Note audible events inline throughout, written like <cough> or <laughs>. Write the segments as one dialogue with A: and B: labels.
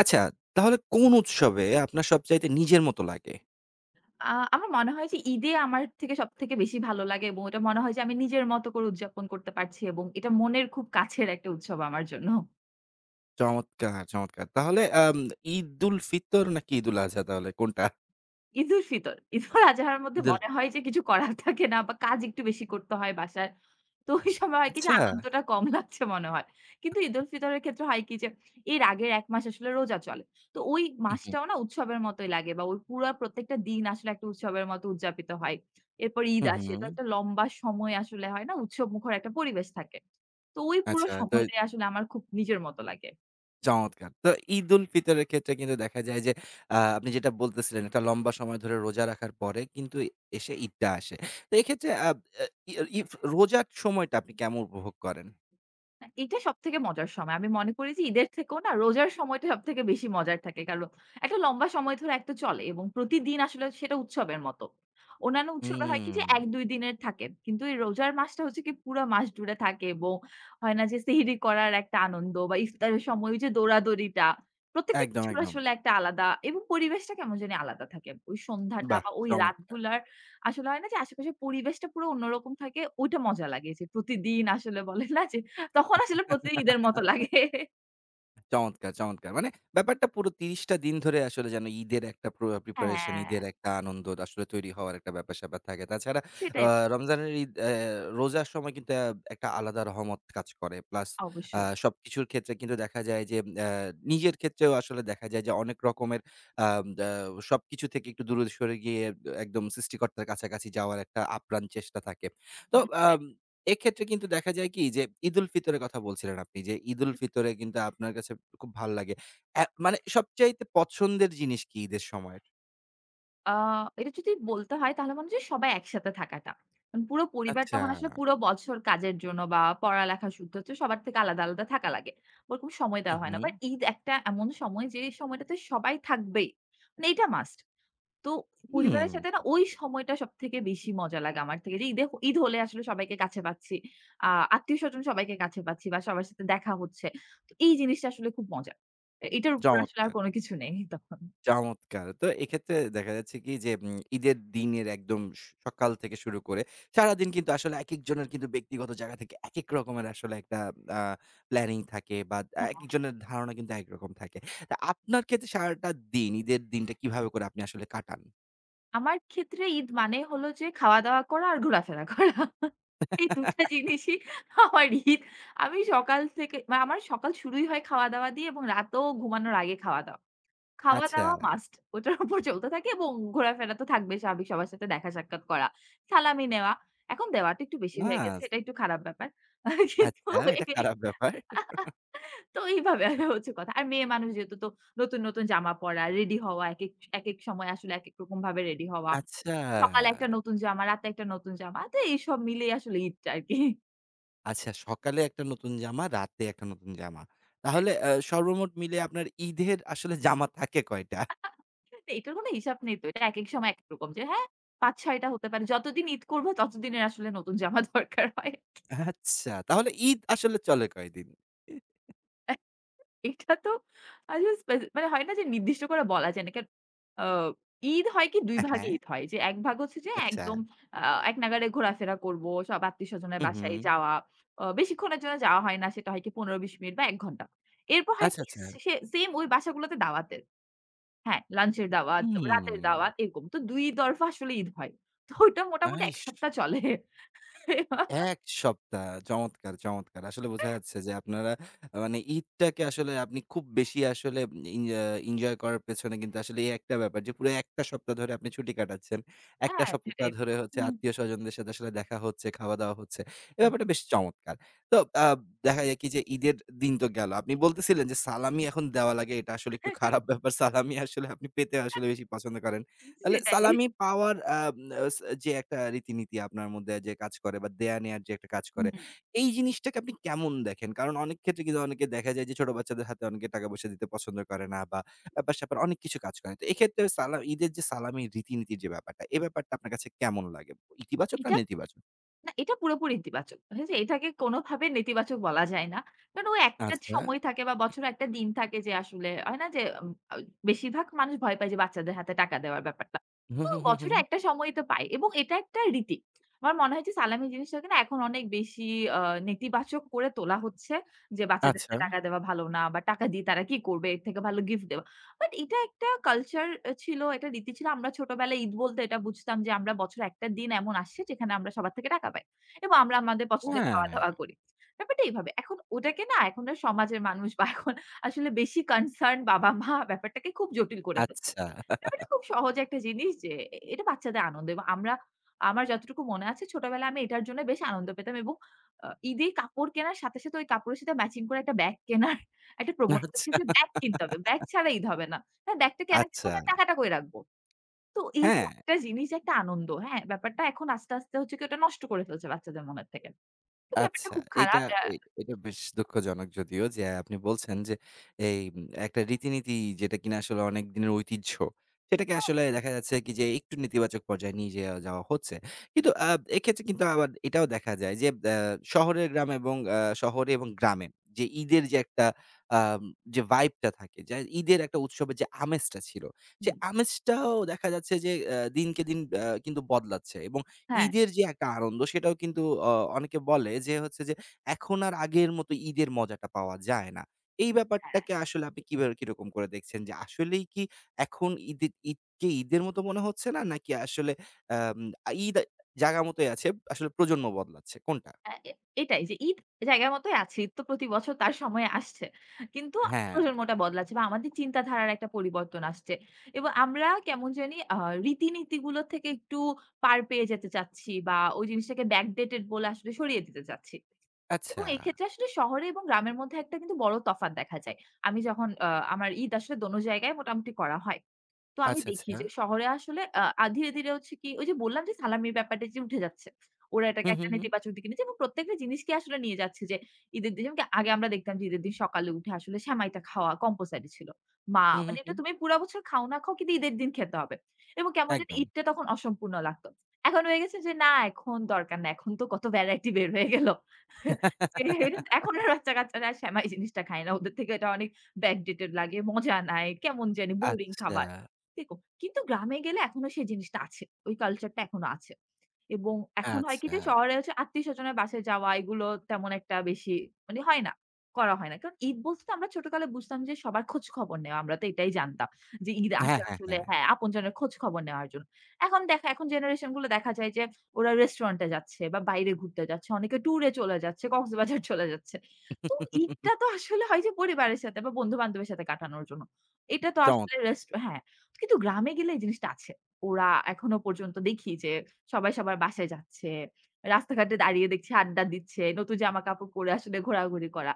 A: আচ্ছা, তাহলে কোন উৎসবে আপনার সবচাইতে নিজের মতো লাগে?
B: আ আমার মনে হয় যে ঈদে আমার থেকে সবথেকে বেশি ভালো লাগে এবং এটা মনে হয় যে আমি নিজের মতো করে উদযাপন করতে পারছি এবং এটা মনের খুব কাছের একটা উৎসব আমার জন্য।
A: চমৎকার, চমৎকার। তাহলে ঈদ-উল ফিতর নাকি ঈদ-উল আজহা তাহলে কোনটা?
B: ঈদুল ফিতর। ঈদুল আজহার মধ্যে
A: ঈদুল
B: মনে হয় যে কিছু করার থাকে না বা কাজ একটু বেশি করতে হয় বাসার। তো ওই সময় হয় কি যে
A: আচ্ছা।
B: আনন্দটা কম <laughs> লাগছে মনে হয়। কিন্তু ঈদুল ফিতরের ক্ষেত্রে হয় কি যে এর আগের ১ মাস আসলে রোজা চলে। তো ওই
A: হুম, হুম।
B: মাসটাও না উৎসবের মতোই লাগে বা ওই পুরা প্রত্যেকটা দিন আসলে একটা উৎসবের মতো উদযাপিত হয়। এরপর ঈদ
A: হুম,
B: আসে।
A: হুম।
B: তো একটা লম্বা সময় আসলে হয় না উৎসবমুখর একটা পরিবেশ থাকে। তো ওই পুরো
A: আচ্ছা, তো
B: সময়টাই আসলে আমার খুব নিজের মতো লাগে।
A: চমৎকার। তো ঈদ-উল ফিতরের ক্ষেত্রে কিন্তু দেখা যায় যে আপনি যেটা বলতেছিলেন একটা লম্বা সময় ধরে রোজা রাখার পরে কিন্তু এসে ঈদটা আসে। তো এক্ষেত্রে আব আ ই ইফ রোজার সময়টা আপনি কেমন উপভোগ করেন?
B: না, এটা সবথেকে মজার সময়। আমি মনে করি যে ঈদের থেকেও না রোজার সময়টা সবথেকে বেশি মজার থাকে। কারণ একটা লম্বা সময় ধরে একটা চলে এবং প্রতিদিন আসলে সেটা উৎসবের মতো। অন্যান্য উৎসবে হয় কি
A: হুম।
B: যে ১-২ দিনের থাকে। কিন্তু এই রোজার মাসটা হচ্ছে কি পুরা মাস জুড়ে থাকে এবং হয় না যে সেহরি করার একটা আনন্দ বা ইফতারের সময় ওই যে দৌড়াদৌড়িটা, প্রত্যেকটা
A: একদম,
B: কিছুর
A: একদম।
B: আসলে একটা আলাদা এবং পরিবেশটা কেমন জানি আলাদা থাকে। ওই সন্ধ্যাটা
A: বাহ!
B: বা ওই রাতগুলার আসলে হয় না যে আশেপাশের পরিবেশটা পুরো অন্যরকম থাকে। ওইটা মজা লাগে যে প্রতিদিন আসলে বলে না যে তখন আসলে প্রতিদিন ঈদের মতো
A: চমৎকার।
B: লাগে।
A: চমৎকার, চমৎকার। মানে ব্যাপারটা পুরো ৩০ টা দিন ধরে আসলে যেন ঈদের একটা প্রিপারেশন,
B: হ্যাঁ,
A: ঈদের একটা আনন্দ আসলে তৈরি হওয়ার একটা ব্যাপার-স্যাপার থাকে। তাছাড়া আ
B: সেটাই
A: রমজানের ঈদ অ্যা রোজার সময় কিন্তু একটা আলাদা রহমত কাজ করে। প্লাস
B: অবশ্যই।
A: সবকিছুর ক্ষেত্রে কিন্তু দেখা যায় যে নিজের ক্ষেত্রেও আসলে দেখা যায় যে অনেক রকমের আম দ্যা সবকিছু থেকে একটু দূরে সরে গিয়ে একদম সৃষ্টিকর্তার কাছাকাছি যাওয়ার একটা আপ্রাণ চেষ্টা থাকে। তো আম এক্ষেত্রে কিন্তু দেখা যায় কি যে, ঈদুল ফিতরের কথা বলছিলেন আপনি যে, ঈদুল ফিতরে কিন্তু আপনার কাছে খুব ভাল লাগে। মানে সবচাইতে পছন্দের জিনিস কি ঈদের সময়ের?
B: আ এটা যদি বলতে হয় তাহলে মনে হচ্ছে সবাই একসাথে থাকাটা। মানে পুরো পরিবার
A: আচ্ছা।
B: তখন আসলে পুরো বছর কাজের জন্য বা পড়ালেখা সূত্রে হচ্ছে সবার থেকে আলাদা, আলাদা থাকা লাগে। ওরকম সময়
A: হু,
B: দেওয়া হয়
A: হুম।
B: না। বাট ঈদ একটা এমন সময় যে সময়টাতে সবাই থাকবেই। মানে এটা মাস্ট। তো
A: হুম,
B: পরিবারের সাথে না ওই সময়টা সবথেকে বেশি মজা লাগে আমার থেকে। যে ঈদে ঈদ হলে আসলে সবাইকে কাছে পাচ্ছি। আ আত্মীয়স্বজন সবাইকে কাছে পাচ্ছি বা সবার সাথে দেখা হচ্ছে। তো এই জিনিসটা আসলে খুব মজা। এটার উপর আসলে আর
A: চমৎকার,
B: কোন কিছু নেই তখন।
A: চমৎকার। তো এক্ষেত্রে দেখা যাচ্ছে কি যে, ঈদের দিনের একদম সকাল থেকে শুরু করে সারাদিন কিন্তু আসলে একেকজনের কিন্তু ব্যক্তিগত জায়গা থেকে একেক রকমের আসলে একটা আ প্ল্যানিং থাকে বা একেকজনের ধারণা কিন্তু একরকম থাকে। তা আপনার ক্ষেত্রে সারাটা দিন ঈদের দিনটা কিভাবে করে আপনি আসলে কাটান?
B: আমার ক্ষেত্রে ঈদ মানে হলো যে খাওয়া-দাওয়া করা আর ঘোরাফেরা করা। এই ২ টা
A: <laughs>
B: জিনিসই আমার ঈদ। আমি সকাল থেকে মানে আমার সকাল শুরুই হয় খাওয়া-দাওয়া দিয়ে এবং রাতেও ঘুমানোর আগে খাওয়া-দাওয়া।
A: আচ্ছা।
B: খাওয়া-দাওয়া মাস্ট। ওটার উপর চলতে থাকে এবং ঘোরাফেরা তো থাকবে স্বাভাবিক সবার সাথে দেখা সাক্ষাৎ করা, সালামি নেওয়া। এখন দেওয়াটা একটু বেশি
A: না,
B: হয়ে গেছে। এটা একটু খারাপ ব্যাপার। <laughs> কিন্তু
A: আচ্ছা,
B: এ
A: এটা খারাপ ব্যাপার।
B: তো এইভাবে <laughs> হচ্ছে কথা। আর মেয়ে মানুষ যেহেতু তো নতুন, নতুন জামা পড়া, রেডি হওয়া, একেক একেক সময় আসলে একেক রকম ভাবে রেডি হওয়া।
A: আচ্ছা,
B: সকালে একটা নতুন জামা, রাতে একটা নতুন জামা। তো এইসব মিলেই আসলে ঈদটা আরকি।
A: আচ্ছা, সকালে একটা নতুন জামা, রাতে একটা নতুন জামা। তাহলে সর্বমোট মিলে আপনার ঈদের আসলে জামা থাকে কয়টা?
B: <laughs> তো এটার কোনো হিসাব নেই তো। এটা একেক সময় একেক রকম যে হ্যাঁ, ৫-৬ টা হতে পারে। যতদিন ঈদ করব ততদিনের আসলে নতুন জামা দরকার হয়।
A: আচ্ছা, তাহলে ঈদ আসলে চলে কয়দিন?
B: এটা তো আসলে স্পেসি মানে হয় না যে নির্দিষ্ট করে বলা যায় না। কেন আ ঈদ হয় কি ২ ভাগে
A: হ্যাঁ,
B: ঈদ হয়। যে এক ভাগ হচ্ছে যে
A: আচ্ছা।
B: একদম আ এক নাগাড়ে ঘোরাফেরা করব। সব আত্মীয়স্বজনের
A: হু,
B: হুম।
A: হু।
B: বাসায় যাওয়া। বেশিক্ষণের জন্য যাওয়া হয় না। সেটা হয় কি ১৫-২০ মিনিট বা ১ ঘন্টা। এরপর হয়
A: আচ্ছা,
B: কি
A: আচ্ছা।
B: সেম ওই বাসাগুলোতে দাওয়াতের। হ্যাঁ, লাঞ্চের দাওয়াত, রাতের
A: হুম।
B: দাওয়াত এরকম। তো ২ দরফা আসলে ঈদ হয়। তো ওইটা মোটামুটি ১
A: আইস!
B: সপ্তাহ চলে। <laughs>
A: ১ সপ্তাহ। চমৎকার, চমৎকার। আসলে বোঝা যাচ্ছে যে আপনারা মানে ঈদটাকে আসলে আপনি খুব বেশি আসলে ইন আ এনজয় করার পেছনে কিন্তু আসলে এই একটা ব্যাপার যে পুরো ১ টা সপ্তাহ ধরে আপনি ছুটি কাটাচ্ছেন। ১ টা
B: হ্যাঁ,
A: সপ্তাহ
B: সেটাই তো।
A: ধরে হচ্ছে
B: হুম।
A: আত্মীয়স্বজনদের সাথে আসলে দেখা হচ্ছে, খাওয়া-দাওয়া হচ্ছে। এই ব্যাপারটা বেশ চমৎকার। তো আ দেখা যায় কি যে ঈদের দিন তো গেল। আপনি বলতেছিলেন যে সালামি এখন দেওয়া লাগে, এটা আসলে একটু খারাপ ব্যাপার। সালামি আসলে আপনি পেতে আসলে বেশি পছন্দ করেন। তাহলে
B: সেটাই।
A: সালামি পাওয়ার আ স যে একটা রীতিনীতি আপনার মধ্যে যে কাজ করে বা দেয়া-নেয়ার যে একটা কাজ করে,
B: হুম।
A: এই জিনিসটাকে আপনি কেমন দেখেন? কারণ অনেক ক্ষেত্রে কিন্তু অনেকে দেখা যায় যে ছোট বাচ্চাদের হাতে অনেকে টাকা-পয়সা দিতে পছন্দ করে না বা ব্যাপার-স্যাপার অনেক কিছু কাজ করে। তো এক্ষেত্রে ঈদের যে সালামির রীতিনীতির যে ব্যাপারটা, ব্যাপারটা আপনার কাছে কেমন লাগে? ইতিবাচক না
B: এটা
A: নেতিবাচক?
B: না, এটা পুরোপুরি ইতিবাচক। হ্যাঁ, যে এটাকে কোনোভাবে নেতিবাচক বলা যায় না। কারণ ও একটা
A: আচ্ছা।
B: সময় থাকে বা বছরে একটা দিন থাকে যে আসলে হয় না যে উম আ বেশিরভাগ মানুষ ভয় পায় যে বাচ্চাদের হাতে টাকা দেওয়ার ব্যাপারটা।
A: হুম,
B: তো
A: হুম, হুম, হুম।
B: বছরে একটা সময় তো পায় এবং এটা একটা রীতি। আমার মনে হয় যে সালামি জিনিসটাকে না এখন অনেক বেশি আ নেতিবাচক করে তোলা হচ্ছে। যে বাচ্চাদের
A: আচ্ছা।
B: হাতে টাকা দেওয়া ভালো না বা টাকা দিয়ে তারা কি করবে? এর থেকে ভালো গিফট দেওয়া। বাট এটা একটা কালচার ছিল, একটা রীতি ছিল। আমরা ছোটবেলায় ঈদ বলতে এটা বুঝতাম যে আমরা বছরে একটা দিন এমন আসছে যেখানে আমরা সবার থেকে টাকা পাই। এবং আমরা আমাদের পছন্দের
A: হ্যাঁ,
B: খাওয়া-দাওয়া করি। ব্যাপারটা এইভাবে। এখন ওটাকে না এখন আর সমাজের মানুষ বা এখন আসলে বেশি কনসার্ন বাবা-মা ব্যাপারটাকে খুব জটিল করে ফেলছে।
A: আচ্ছা,
B: ব্যাপারটা খুব সহজ একটা জিনিস যে এটা বাচ্চাদের আনন্দ এবং আমরা আমার যতটুকু মনে আছে ছোটবেলায় আমি এটার জন্য বেশ আনন্দ পেতাম এবং ঈদে কাপড় কেনার সাথে, সাথে ওই কাপড়ের সাথে ম্যাচিং করে একটা ব্যাগ কেনার একটা প্রবণতা ছিল
A: আচ্ছা।
B: যে ব্যাগ কিনতে হবে। ব্যাগ ছাড়া ঈদ হবে না। হ্যাঁ, ব্যাগটা কেন কিনব
A: আচ্ছা,
B: না? টাকাটা কই রাখবো? তো এই যে
A: হ্যাঁ।
B: একটা জিনিস একটা আনন্দ, হ্যাঁ? ব্যাপারটা এখন আস্তে, আস্তে হচ্ছে কি ওটা নষ্ট করে ফেলছে বাচ্চাদের মনের থেকে। তো ব্যাপারটা
A: আচ্ছা,
B: খুব
A: এইটা
B: খারাপ।
A: এটা বেশ দুঃখজনক, যদিও যে আপনি বলছেন যে এই একটা রীতিনীতি যেটা কিনা আসলে অনেক দিনের ঐতিহ্য, সেটাকে
B: আ
A: আসলে দেখা যাচ্ছে কি যে একটু নেতিবাচক পর্যায়ে নিয়ে যেয়া যাওয়া হচ্ছে। কিন্তু এক্ষেত্রে কিন্তু আবার এটাও দেখা যায় যে আ শহরের গ্রাম এবং আ শহরে এবং গ্রামে যে ঈদের যে একটা আম যে ভাইবটা থাকে, যে ঈদের একটা উৎসবের যে আমেজটা ছিল, সে
B: হুম,
A: আমেজটাও দেখা যাচ্ছে যে দিনকে দিন কিন্তু বদলাচ্ছে এবং
B: হ্যাঁ।
A: ঈদের যে একটা আনন্দ সেটাও কিন্তু অ অনেকে বলে যে হচ্ছে যে, "এখন আর আগের মতো ঈদের মজাটা পাওয়া যায় না।" এই ব্যাপারটাকে আসলে আপনি কিভাবে কিরকম করে দেখছেন? যে আসলেই কি এখন ঈদকে ঈদের মতো মনে হচ্ছে না? নাকি আসলে আম ঈদ জায়গা মতোই আছে, আসলে প্রজন্ম বদলাচ্ছে কোনটা?
B: আ এ এটাই যে ঈদ জায়গার মতোই আছে। ঈদ তো প্রতি বছর তার সময়ে আসছে। কিন্তু
A: হ্যাঁ,
B: প্রজন্মটা বদলাচ্ছে বা আমাদের চিন্তাধারার একটা পরিবর্তন আসছে। এবং আমরা কেমন জানি রীতিনীতিগুলো থেকে একটু পার পেয়ে যেতে চাচ্ছি বা ওই জিনিসটাকে ব্যাকডেটেড বলে আসলে সরিয়ে দিতে চাচ্ছি।
A: আচ্ছা,
B: এবং এক্ষেত্রে আসলে শহরে এবং গ্রামের মধ্যে একটা কিন্তু বড় তফাৎ দেখা যায়। আমি যখন আমার ঈদ আসলে দোনো জায়গায় মোটামুটি করা হয়। তো আমি
A: আচ্ছা,
B: দেখি
A: আচ্ছা।
B: যে শহরে আসলে আ আ ধীরে, ধীরে হচ্ছে কি ওই যে বললাম যে সালামির ব্যাপারটা যে উঠে যাচ্ছে। ওরা এটাকে
A: হু, হু,
B: একটা
A: হু,
B: নেতিবাচক দিকে নিচ্ছে এবং প্রত্যেকটা জিনিসকে আসলে নিয়ে যাচ্ছে যে ঈদের দিন যেমন কি আগে আমরা দেখতাম যে ঈদের দিন সকালে উঠে আসলে সেমাইটা খাওয়া কম্পালসরি ছিল।
A: হু, হু,
B: মানে
A: হু,
B: এটা তুমি পুরা বছর খাও না খাও কিন্তু ঈদের দিন খেতে হবে। এবং কেমন যেন
A: একদম।
B: ঈদটা তখন অসম্পূর্ণ লাগতো। এখন হয়ে গেছে যে না এখন দরকার না। এখন তো কত ভ্যারাইটি বের হয়ে গেল। যে এখন আর বাচ্চা-কাচ্চারা সেমাই জিনিসটা খায় না। ওদের থেকে এটা অনেক ব্যাকডেটেড লাগে, মজা নাই, কেমন জানি বোরিং
A: আচ্ছা,
B: খাবার। দেখুন, কিন্তু গ্রামে গেলে এখনো সেই জিনিসটা আছে। ওই কালচারটা এখনো আছে। এবং এখন হয় কি
A: আচ্ছা।
B: যে শহরে হচ্ছে আত্মীয়স্বজনের বাসায় যাওয়া এগুলো তেমন একটা বেশি মানে হয় না। করা হয় না। কারণ ঈদ বলতে তো আমরা ছোটকালে বুঝতাম যে সবার খোঁজ খবর নেওয়া। আমরা তো এটাই জানতাম যে ঈদ
A: হ্যাঁ,
B: আসে
A: হ্যাঁ,
B: আসলে
A: হ্যাঁ।
B: হ্যাঁ, আপনজনের খোঁজ খবর নেওয়ার জন্য। এখন জেনারেশন গুলো দেখা যায় যে ওরা রেস্টুরেন্টে যাচ্ছে বা বাইরে ঘুরতে যাচ্ছে। অনেকে ট্যুরে চলে যাচ্ছে, কক্সবাজার <laughs> চলে যাচ্ছে। তো ঈদটা তো আসলে হয় যে পরিবারের সাথে বা বন্ধু-বান্ধবের সাথে কাটানোর জন্য। এটা তো আসলে
A: চমৎকার,
B: রেস্ট হ্যাঁ, কিন্তু গ্রামে গেলে এই জিনিসটা আছে। ওরা এখনো পর্যন্ত দেখি যে সবাই সবার বাসায় যাচ্ছে। রাস্তাঘাটে দাঁড়িয়ে দেখছি আড্ডা দিচ্ছে। নতুন জামাকাপড় পরে আসলে ঘোরাঘুরি করা।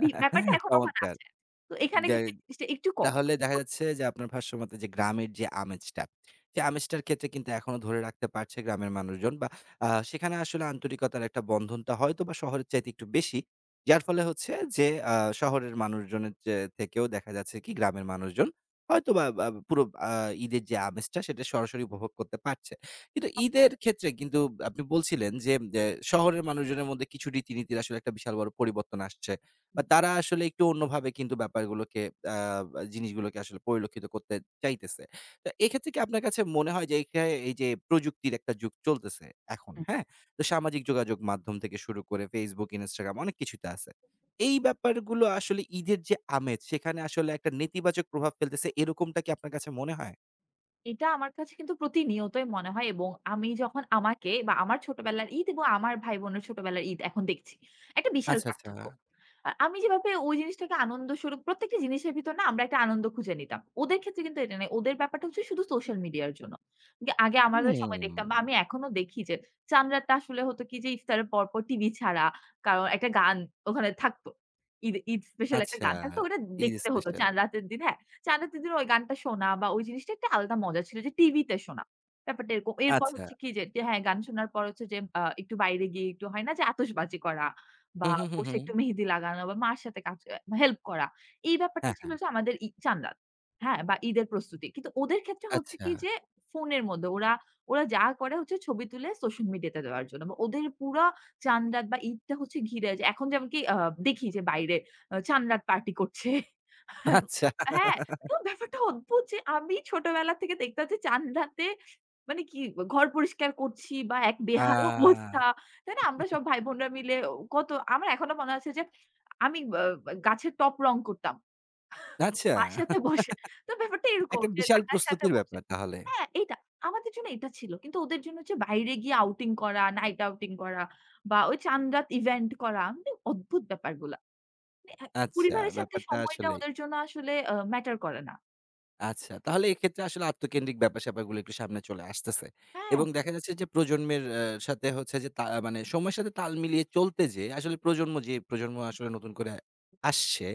B: ব্যাপারটা এখন ওখানে
A: চমৎকার।
B: আছে। তো এখানে
A: গ্যা
B: কিন্তু এই জিনিসটা একটু কম।
A: তাহলে দেখা যাচ্ছে যে আপনার ভাষ্যমতে যে গ্রামের যে আমেজটা, সে আমেজটার ক্ষেত্রে কিন্তু এখনো ধরে রাখতে পারছে গ্রামের মানুষজন বা সেখানে আসলে আন্তরিকতার একটা বন্ধনটা হয়তোবা শহরের চাইতে একটু বেশি। যার ফলে হচ্ছে যে আ শহরের মানুষজনের চে থেকেও দেখা যাচ্ছে কি গ্রামের মানুষজন হয়তোবা বা বা পুরো ঈদের যে আমেজটা সেটা সরাসরি উপভোগ করতে পারছে। কিন্তু ঈদের ক্ষেত্রে কিন্তু আপনি বলছিলেন যে শহরের মানুষজনের মধ্যে কিছু রীতিনীতির আসলে একটা বিশাল বড় পরিবর্তন আসছে। বা
B: হুম,
A: তারা আসলে একটু অন্যভাবে কিন্তু ব্যাপারগুলোকে আ জিনিসগুলোকে আসলে পরিলক্ষিত করতে চাইতেছে। তো এক্ষেত্রে কি আপনার কাছে মনে হয় যে এই যে প্রযুক্তির একটা যুগ চলতেছে এখন, হ্যাঁ? তো সামাজিক যোগাযোগ মাধ্যম থেকে শুরু করে Facebook, Instagram অনেক কিছুতে আছে। এই ব্যাপারগুলো আসলে ঈদের যে আমেজ সেখানে আসলে একটা নেতিবাচক প্রভাব ফেলতেছে, এরকমটা কি আপনার কাছে মনে হয়?
B: এটা আমার কাছে কিন্তু প্রতিনিয়তই মনে হয় এবং আমি যখন আমাকে বা আমার ছোটবেলার ঈদ এবং আমার ভাই-বোনের ছোটবেলার ঈদ এখন দেখছি, একটা বিশাল
A: আচ্ছা, আচ্ছা।
B: পার্থক্য। আমি যেভাবে ওই জিনিসটাকে আনন্দস্বরূপ প্রত্যেকটা জিনিসের ভিতর না আমরা একটা আনন্দ খুঁজে নিতাম। ওদের ক্ষেত্রে কিন্তু এটা নেই। ওদের ব্যাপারটা হচ্ছে শুধু সোশ্যাল মিডিয়ার জন্য। যে আগে আমাদের
A: হুম,
B: সময় দেখতাম বা আমি এখনো দেখি যে চাঁদরাতটা আসলে হতো কি যে ইফতারের পরপর টিভি ছাড়া কারণ একটা গান ওখানে থাকতো। ঈদ ঈদ স্পেশাল একটা
A: আচ্ছা।
B: গান থাকতো। ওটা
A: ঈদ
B: দেখতে হতো
A: স্পেশাল।
B: চাঁদ রাতের দিনে হ্যাঁ, 'চাঁদা দিদির' ওই গানটা শোনা বা ওই জিনিসটা একটা আলাদা মজা ছিল যে টিভিতে শোনা। ব্যাপারটা এরকম। এরপর
A: আচ্ছা।
B: হচ্ছে কি যে যে হ্যাঁ, গান শোনার পর হচ্ছে যে একটু বাইরে গিয়ে একটু হয় না যে আতশবাজি করা
A: হু,
B: বা
A: হু, হু, হু।
B: বসে একটু মেহেদি লাগানো বা মার সাথে কাজ হেল্প করা। এই ব্যাপারটা
A: হ্যাঁ,
B: ছিল
A: হ্যাঁ।
B: যে আমাদের ই চাঁদাত। হ্যাঁ? বা ঈদের প্রস্তুতি। কিন্তু ওদের ক্ষেত্রে হচ্ছে
A: আচ্ছা,
B: কি যে ফোনের মধ্যে ওরা, ওরা যা করে হচ্ছে ছবি তুলে সোশ্যাল মিডিয়াতে দেওয়ার জন্য। বা ওদের পুরা চাঁদরাত বা ঈদটা হচ্ছে ঘিরে যে এখন যেমন কি দেখি যে বাইরে চাঁদরাত পার্টি করছে।
A: আচ্ছা।
B: হ্যাঁ, তো ব্যাপারটা অদ্ভুত যে আমি ছোটবেলা থেকে দেখতাম যে চাঁদরাতে মানে কি ঘর পরিষ্কার করছি বা এক
A: আ
B: বেহাল অবস্থা। তাই না? আমরা সব ভাই-বোনরা মিলে কত আমার এখনো মনে আছে যে আমি গাছের টব রং করতাম।
A: আচ্ছা,
B: মার সাথে বসে। তো ব্যাপারটা এরকম
A: একটা
B: যে
A: বিশাল
B: কাকার সাথে
A: প্রস্তুতির
B: বসে
A: ব্যাপার তাহলে।
B: হ্যাঁ, এইটা। আমাদের জন্য এটা ছিল। কিন্তু ওদের জন্য হচ্ছে বাইরে গিয়ে আউটিং করা, নাইট আউটিং করা বা ওই চাঁদরাত ইভেন্ট করা। মানে অদ্ভুত ব্যাপারগুলা। মানে
A: আচ্ছা,
B: পরিবারের সাথে
A: ব্যাপারটা
B: সময়টা
A: আসলেই।
B: ওদের জন্য আসলে ম্যাটার করে না।
A: আচ্ছা, তাহলে এক্ষেত্রে আসলে আত্মকেন্দ্রিক ব্যাপার-স্যাপারগুলো একটু সামনে চলে আসতেছে।
B: হ্যাঁ,
A: এবং দেখা যাচ্ছে যে প্রজন্মের সাথে হচ্ছে যে তা মানে সময়ের সাথে তাল মিলিয়ে চলতে যেয়ে আসলে প্রজন্ম আসলে নতুন করে আসছে,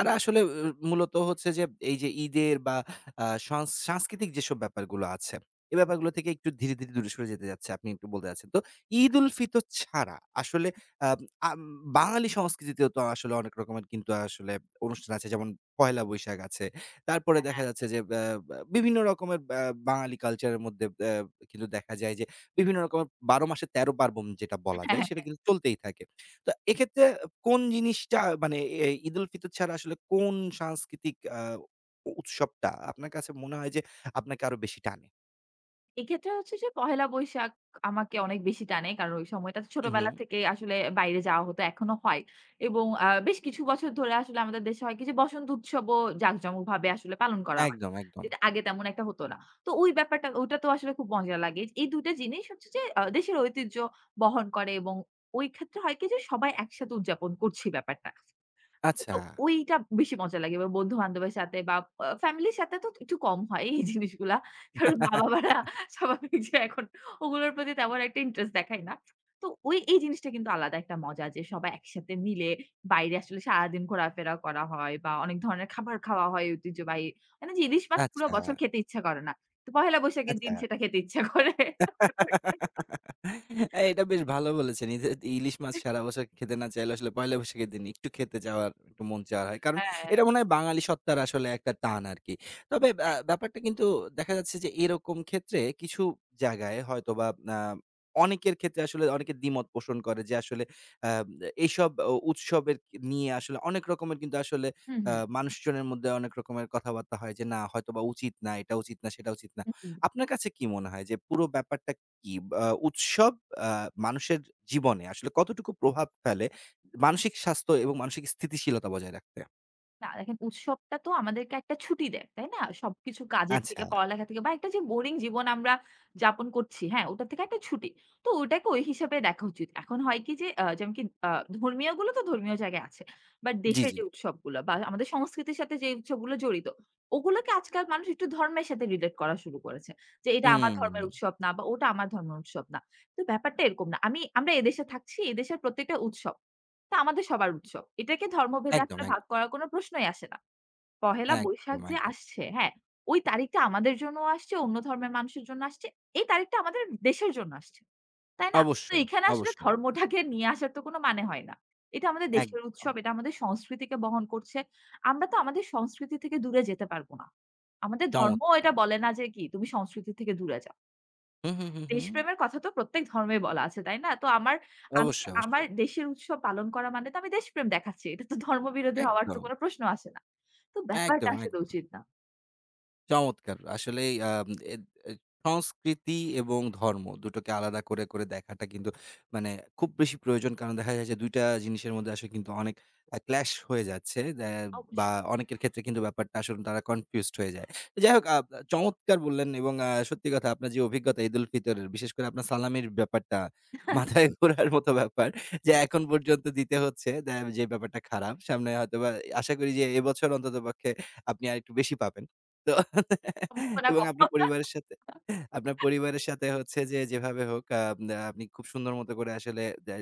B: জি।
A: আসলে মূলত হচ্ছে যে এই যে ঈদের বা আ সংস সাংস্কৃতিক যেসব ব্যাপারগুলো আছে, এ ব্যাপারগুলো থেকে একটু ধীরে, ধীরে দূরে সরে যেতে যাচ্ছে। আপনি একটু বলতে চাচ্ছেন। তো ঈদুল ফিতর ছাড়া আসলে আব আম বাঙালি সংস্কৃতিতেও তো আসলে অনেক রকমের কিন্তু আসলে অনুষ্ঠান আছে। যেমন পহেলা বৈশাখ আছে। তারপরে দেখা
B: হ্যাঁ,
A: যাচ্ছে যে ব্যা ব্যা বিভিন্ন রকমের বাঙালি কালচারের মধ্যে কিন্তু দেখা যায় যে বিভিন্ন রকমের ১২ মাসে ১৩ পার্বণ যেটা বলা যায়
B: হ্যাঁ।
A: সেটা কিন্তু চলতেই থাকে। তো এক্ষেত্রে কোন জিনিসটা মানে ঈদুল ফিতর ছাড়া আসলে কোন সাংস্কৃতিক আ উ উৎসবটা আপনার কাছে মনে হয় যে আপনাকে আরো বেশি টানে?
B: এক্ষেত্রে হচ্ছে যে পহেলা বৈশাখ আমাকে অনেক বেশি টানে। কারণ ওই সময়টা
A: হু, হুম।
B: ছোটবেলা থেকে আসলে বাইরে যাওয়া হতো, এখনো হয়। এবং বেশ কিছু বছর ধরে আসলে আমাদের দেশে হয় কি যে বসন্ত উৎসবও জাঁকজমকভাবে আসলে পালন করা হয়।
A: একদম, একদম।
B: যেটা আগে তেমন একটা হতো না। তো ওই ব্যাপারটা ওটা তো আসলে খুব মজা লাগে। এই ২ টা জিনিস হচ্ছে যে দেশের ঐতিহ্য বহন করে এবং ওই ক্ষেত্রে হয় কি যে সবাই একসাথে উদযাপন করছি ব্যাপারটা।
A: আচ্ছা,
B: তো ওইটা বেশি মজা লাগে। এবার বন্ধু-বান্ধবের সাথে বা ফ্যামিলির সাথে তো একটু কম হয় এই জিনিসগুলা। কারণ
A: <laughs>
B: মা-বাবারা স্বাভাবিক যে এখন ওগুলোর প্রতি তেমন একটা ইন্টারেস্ট দেখায় না। তো ওই এই জিনিসটা কিন্তু আলাদা একটা মজা যে সবাই একসাথে মিলে বাইরে আসলে সারাদিন ঘোরাফেরা করা হয় বা অনেক ধরনের খাবার খাওয়া হয় ঐতিহ্যবাহী। মানে যে ইলিশ মাছ পুরো
A: আচ্ছা,
B: বছর খেতে ইচ্ছা করে না। তো পহেলা বৈশাখের
A: আচ্ছা।
B: দিন সেটা খেতে ইচ্ছা করে।
A: এটা বেশ ভালো বলেছেন। ইলিশ মাছ সারা বছর খেতে না চাইলেও আসলে পহেলা বৈশাখের দিন একটু খেতে যাওয়ার একটু মন চাওয়া হয়। কারণ
B: হ্যাঁ।
A: এটা মনে হয় বাঙালি সত্তার আসলে একটা টান আরকি। তবে ব্যাপারটা কিন্তু দেখা যাচ্ছে যে এরকম ক্ষেত্রে কিছু জায়গায় হয়তোবা আ অনেকের ক্ষেত্রে আসলে অনেকে দ্বিমত পোষণ করে যে আসলে আ এইসব উৎসবের নিয়ে আসলে অনেক রকমের কিন্তু আসলে
B: হু, হু।
A: মানুষজনের মধ্যে অনেক রকমের কথাবার্তা হয় যে, "না, হয়তোবা উচিত না, এটা উচিত না, সেটা উচিত না।"
B: হু, হু।
A: আপনার কাছে কি মনে হয় যে পুরো ব্যাপারটা কি আ উৎসব আ মানুষের জীবনে আসলে কতটুকু প্রভাব ফেলে মানসিক স্বাস্থ্য এবং মানসিক স্থিতিশীলতা বজায় রাখতে?
B: না দেখেন উৎসবটা তো আমাদেরকে একটা ছুটি দেয়, তাই না? সবকিছু কাজের
A: আচ্ছা।
B: থেকে, পড়ালেখা থেকে বা একটা যে বোরিং জীবন আমরা যাপন করছি, হ্যাঁ? ওটা থেকে একটা ছুটি। তো ওটাকে ওই হিসাবে দেখা উচিত। এখন হয় কি যে, যেমন কি আ ধর্মীয়গুলো তো ধর্মীয় জায়গায় আছে। বাট
A: জি,
B: দেশের
A: জি।
B: যে উৎসবগুলো বা আমাদের সংস্কৃতির সাথে যে উৎসবগুলো জড়িত, ওগুলোকে আজকাল মানুষ একটু ধর্মের সাথে রিলেট করা শুরু করেছে। যে এটা আমার
A: উম
B: ধর্মের উৎসব না বা ওটা আমার ধর্মের উৎসব না। তো ব্যাপারটা এরকম না। আমরা এদেশে থাকছি, এদেশের প্রত্যেকটা উৎসব। তা আমাদের সবার উৎসব। এটাকে ধর্মভেদে
A: একদম,
B: আসলে
A: একদম,
B: ভাগ করার কোন প্রশ্নই আসে না। পহেলা বৈশাখ
A: একদম,
B: যে
A: একদম।
B: আসছে, হ্যাঁ? ওই তারিখটা আমাদের জন্যও আসছে, অন্য ধর্মের মানুষের জন্য আসছে। এই তারিখটা আমাদের দেশের জন্য আসছে। তাই না? তো
A: অবশ্যই,
B: এখানে আসলে
A: অবশ্যই।
B: ধর্মটাকে নিয়ে আসার তো কোন মানে হয় না। এটা আমাদের দেশের
A: একদম।
B: উৎসব, এটা আমাদের সংস্কৃতিকে বহন করছে। আমরা তো আমাদের সংস্কৃতি থেকে দূরে যেতে পারব না। আমাদের
A: চমৎ
B: ধর্ম এটা বলে না যে কি, তুমি সংস্কৃতি থেকে দূরে যাও।
A: হু, হু, হু, হু।
B: দেশপ্রেমের কথা তো প্রত্যেক ধর্মেই বলা আছে, তাই না? তো আমি
A: অবশ্যই,
B: আমার
A: অবশ্যই।
B: দেশের উৎসব পালন করা মানে তো আমি দেশপ্রেম দেখাচ্ছি। এটা তো ধর্মবিরোধী হওয়ার তো
A: একদম,
B: কোনো প্রশ্ন আসে না। তো ব্যাপারটা
A: একদম,
B: আসলে উচিত না।
A: চমৎকার! আসলেই আম এদ এদ সংস্কৃতি এবং ধর্ম দুটোকে আলাদা করে, করে দেখাটা কিন্তু মানে খুব বেশি প্রয়োজন। কারণ দেখা যায় যে ২ টা জিনিসের মধ্যে আসলে কিন্তু অনেক ক্ল্যাশ হয়ে যাচ্ছে। বা
B: অবশ্যই।
A: অনেকের ক্ষেত্রে কিন্তু ব্যাপারটা আসলে তারা কনফিউজড হয়ে যায়। যাই হোক, চমৎকার বললেন। এবং সত্যি কথা, আপনার যে অভিজ্ঞতা ঈদুল ফিতরের, বিশেষ করে আপনার সালামির ব্যাপারটা মাথায় <laughs> ঘোরার মতো ব্যাপার যে এখন পর্যন্ত দিতে হচ্ছে, যে ব্যাপারটা খারাপ। সামনে হয়তোবা আশা করি যে এবছর অন্ততপক্ষে আপনি আরেকটু বেশি পাবেন। তো <laughs>
B: সম্ভাবনা
A: এবং আপনার পরিবারের সাথে হচ্ছে যে যেভাবে হোক আ আ আপনি খুব সুন্দর মতো করে আসলে দে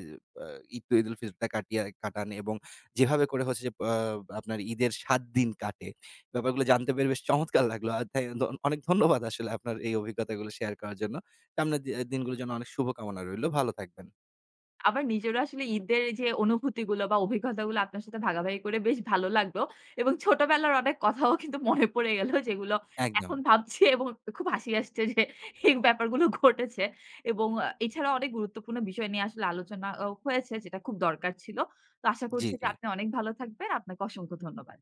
A: আ ঈদ তো ঈদুল ফিতরটা কাটিয়ে কাটান এবং যেভাবে করে হচ্ছে যে আপনার ঈদের ৭ দিন কাটে। ব্যাপারগুলো জানতে পেরে বেশ চমৎকার লাগলো। আর তাই অনেক ধন্যবাদ আসলে আপনার এই অভিজ্ঞতাগুলো শেয়ার করার জন্য। সামনের দিনগুলোর জন্য অনেক শুভকামনা রইলো। ভালো থাকবেন।
B: আবার নিজেরও আসলে ঈদের যে অনুভূতিগুলো বা অভিজ্ঞতাগুলো আপনার সাথে ভাগাভাগি করে বেশ ভালো লাগলো। এবং ছোটবেলার অনেক কথাও কিন্তু মনে পড়ে গেল যেগুলো
A: একদম।
B: এখন ভাবছি এবং খুব হাসি আসছে যে এই ব্যাপারগুলো ঘটেছে। এবং এছাড়াও অনেক গুরুত্বপূর্ণ বিষয় নিয়ে আসলে আলোচনাও হয়েছে যেটা খুব দরকার ছিল। তো আশা
A: জি,
B: করছি যে
A: জি।
B: আপনি অনেক ভালো থাকবেন। আপনাকে অসংখ্য ধন্যবাদ।